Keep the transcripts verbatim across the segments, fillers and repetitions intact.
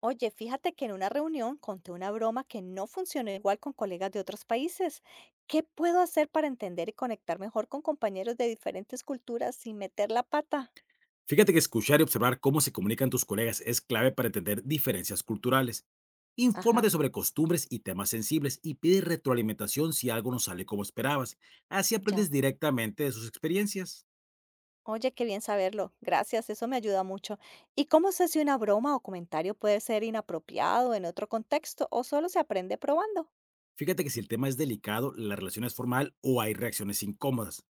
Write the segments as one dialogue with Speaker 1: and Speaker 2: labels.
Speaker 1: Oye, fíjate que en una reunión conté una broma que no funcionó igual con colegas de otros países. ¿Qué puedo hacer para entender y conectar mejor con compañeros de diferentes culturas sin meter la pata?
Speaker 2: Fíjate que escuchar y observar cómo se comunican tus colegas es clave para entender diferencias culturales. Infórmate
Speaker 1: Ajá,
Speaker 2: sobre costumbres y temas sensibles y pide retroalimentación si algo no sale como esperabas. Así aprendes
Speaker 1: ya.
Speaker 2: directamente de sus experiencias.
Speaker 1: Oye, qué bien saberlo. Gracias, eso me ayuda mucho. ¿Y cómo sé si una broma o comentario puede ser inapropiado en otro contexto o solo se aprende probando?
Speaker 2: Fíjate que si el tema es delicado, la relación es formal o hay reacciones incómodas.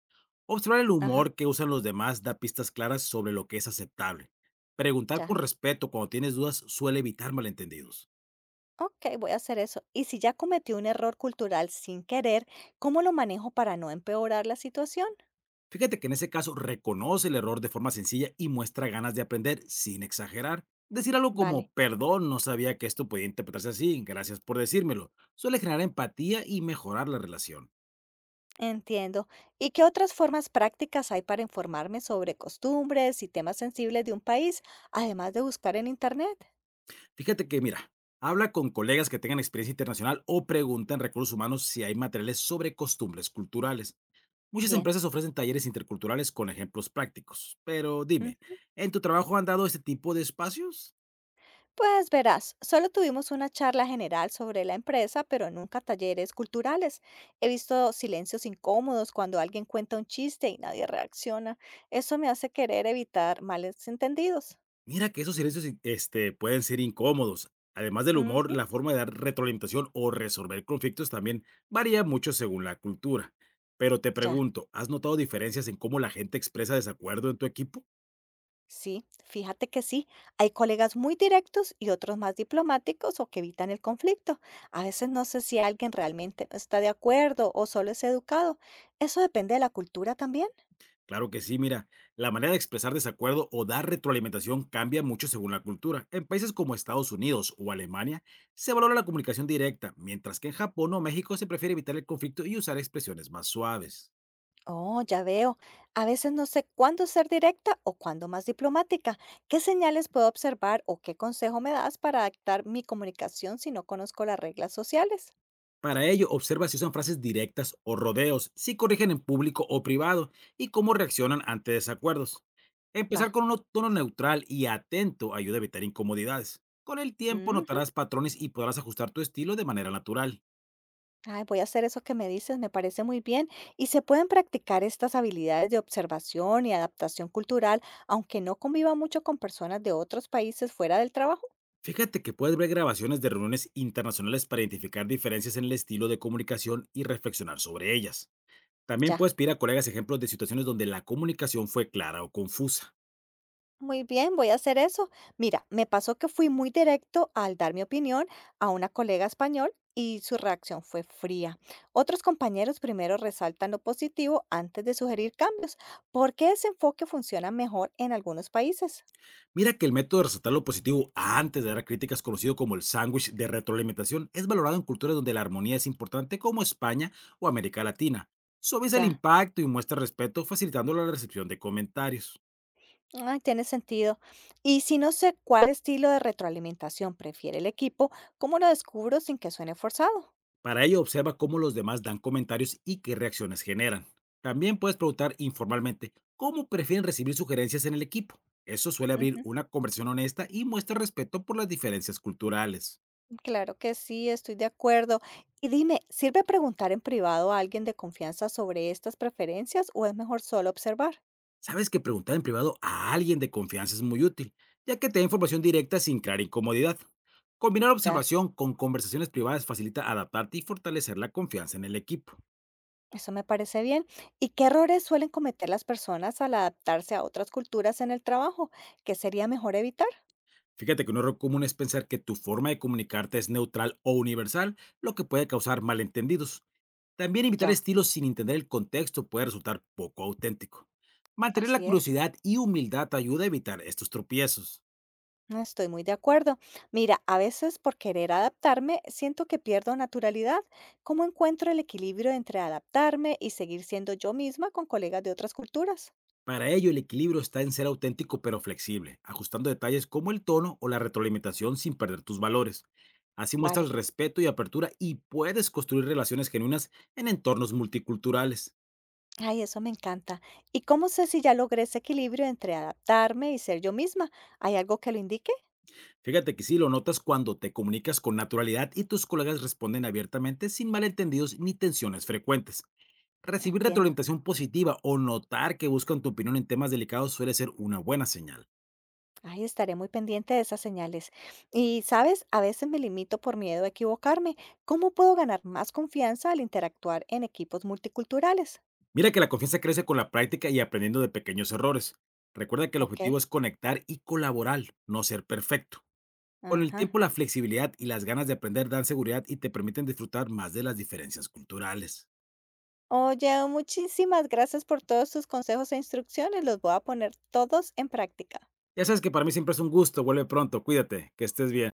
Speaker 2: Observar el
Speaker 1: Ajá,
Speaker 2: humor que usan los demás da pistas claras sobre lo que es aceptable. Preguntar con
Speaker 1: ya.
Speaker 2: respeto cuando tienes dudas suele evitar malentendidos.
Speaker 1: Ok, voy a hacer eso. Y si ya cometí un error cultural sin querer, ¿cómo lo manejo para no empeorar la situación?
Speaker 2: Fíjate que en ese caso reconoce el error de forma sencilla y muestra ganas de aprender sin exagerar. Decir algo como,
Speaker 1: Vale.
Speaker 2: perdón, no sabía que esto podía interpretarse así, gracias por decírmelo, suele generar empatía y mejorar la relación.
Speaker 1: Entiendo. ¿Y qué otras formas prácticas hay para informarme sobre costumbres y temas sensibles de un país, además de buscar en Internet?
Speaker 2: Fíjate que, mira, habla con colegas que tengan experiencia internacional o pregunta en recursos humanos si hay materiales sobre costumbres culturales. Muchas
Speaker 1: Bien.
Speaker 2: empresas ofrecen talleres interculturales con ejemplos prácticos, pero dime,
Speaker 1: Mm,
Speaker 2: ¿en tu trabajo han dado este tipo de espacios?
Speaker 1: Pues verás, solo tuvimos una charla general sobre la empresa, pero nunca talleres culturales. He visto silencios incómodos cuando alguien cuenta un chiste y nadie reacciona. Eso me hace querer evitar males entendidos.
Speaker 2: Mira que esos silencios, in- este, pueden ser incómodos. Además del humor,
Speaker 1: Ujú,
Speaker 2: la forma de dar retroalimentación o resolver conflictos también varía mucho según la cultura. Pero te
Speaker 1: ya.
Speaker 2: pregunto, ¿has notado diferencias en cómo la gente expresa desacuerdo en tu equipo?
Speaker 1: Sí, fíjate que sí, hay colegas muy directos y otros más diplomáticos o que evitan el conflicto. A veces no sé si alguien realmente no está de acuerdo o solo es educado. Eso depende de la cultura también.
Speaker 2: Claro que sí, mira, la manera de expresar desacuerdo o dar retroalimentación cambia mucho según la cultura. En países como Estados Unidos o Alemania se valora la comunicación directa, mientras que en Japón o México se prefiere evitar el conflicto y usar expresiones más suaves.
Speaker 1: Oh, ya veo. A veces no sé cuándo ser directa o cuándo más diplomática. ¿Qué señales puedo observar o qué consejo me das para adaptar mi comunicación si no conozco las reglas sociales?
Speaker 2: Para ello, observa si usan frases directas o rodeos, si corrigen en público o privado y cómo reaccionan ante desacuerdos.
Speaker 1: Va.
Speaker 2: Empezar con un tono neutral y atento ayuda a evitar incomodidades. Con el tiempo
Speaker 1: Ujú.
Speaker 2: notarás patrones y podrás ajustar tu estilo de manera natural.
Speaker 1: Ay, voy a hacer eso que me dices, me parece muy bien. Y se pueden practicar estas habilidades de observación y adaptación cultural, aunque no conviva mucho con personas de otros países fuera del trabajo.
Speaker 2: Fíjate que puedes ver grabaciones de reuniones internacionales para identificar diferencias en el estilo de comunicación y reflexionar sobre ellas. También
Speaker 1: Ya,
Speaker 2: puedes pedir a colegas ejemplos de situaciones donde la comunicación fue clara o confusa.
Speaker 1: muy bien, voy a hacer eso. Mira, me pasó que fui muy directo al dar mi opinión a una colega español y su reacción fue fría. Otros compañeros primero resaltan lo positivo antes de sugerir cambios. ¿Por qué ese enfoque funciona mejor en algunos países?
Speaker 2: Mira que el método de resaltar lo positivo antes de dar críticas, conocido como el sándwich de retroalimentación, es valorado en culturas donde la armonía es importante, como España o América Latina. Suaviza el
Speaker 1: Ya.
Speaker 2: impacto y muestra respeto, facilitando la recepción de comentarios.
Speaker 1: Ay, tiene sentido. Y si no sé cuál estilo de retroalimentación prefiere el equipo, ¿cómo lo descubro sin que suene forzado?
Speaker 2: Para ello, observa cómo los demás dan comentarios y qué reacciones generan. También puedes preguntar informalmente cómo prefieren recibir sugerencias en el equipo. Eso suele abrir
Speaker 1: Ujú,
Speaker 2: una conversación honesta y muestra respeto por las diferencias culturales.
Speaker 1: claro que sí, estoy de acuerdo. Y dime, ¿sirve preguntar en privado a alguien de confianza sobre estas preferencias o es mejor solo observar?
Speaker 2: Sabes que preguntar en privado a alguien de confianza es muy útil, ya que te da información directa sin crear incomodidad. Combinar
Speaker 1: Ya,
Speaker 2: observación con conversaciones privadas facilita adaptarte y fortalecer la confianza en el equipo.
Speaker 1: eso me parece bien. ¿Y qué errores suelen cometer las personas al adaptarse a otras culturas en el trabajo? ¿Qué sería mejor evitar?
Speaker 2: Fíjate que un error común es pensar que tu forma de comunicarte es neutral o universal, lo que puede causar malentendidos. También imitar
Speaker 1: Ya,
Speaker 2: estilos sin entender el contexto puede resultar poco auténtico. Mantener la
Speaker 1: así es.
Speaker 2: curiosidad y humildad ayuda a evitar estos tropiezos.
Speaker 1: No estoy muy de acuerdo. Mira, a veces por querer adaptarme siento que pierdo naturalidad. ¿Cómo encuentro el equilibrio entre adaptarme y seguir siendo yo misma con colegas de otras culturas?
Speaker 2: Para ello, el equilibrio está en ser auténtico pero flexible, ajustando detalles como el tono o la retroalimentación sin perder tus valores. Así muestras
Speaker 1: Vale.
Speaker 2: respeto y apertura y puedes construir relaciones genuinas en entornos multiculturales.
Speaker 1: Ay, eso me encanta. ¿Y cómo sé si ya logré ese equilibrio entre adaptarme y ser yo misma? ¿Hay algo que lo indique?
Speaker 2: Fíjate que sí lo notas cuando te comunicas con naturalidad y tus colegas responden abiertamente sin malentendidos ni tensiones frecuentes. Recibir
Speaker 1: Entiendo.
Speaker 2: retroalimentación positiva o notar que buscan tu opinión en temas delicados suele ser una buena señal.
Speaker 1: Ahí estaré muy pendiente de esas señales. Y, sabes, a veces me limito por miedo a equivocarme. ¿Cómo puedo ganar más confianza al interactuar en equipos multiculturales?
Speaker 2: Mira que la confianza crece con la práctica y aprendiendo de pequeños errores. Recuerda que el
Speaker 1: Ok.
Speaker 2: objetivo es conectar y colaborar, no ser perfecto. Con el
Speaker 1: Ajá.
Speaker 2: tiempo, la flexibilidad y las ganas de aprender dan seguridad y te permiten disfrutar más de las diferencias culturales.
Speaker 1: Oye, muchísimas gracias por todos tus consejos e instrucciones. Los voy a poner todos en práctica.
Speaker 2: Ya sabes que para mí siempre es un gusto. Vuelve pronto. Cuídate. Que estés bien.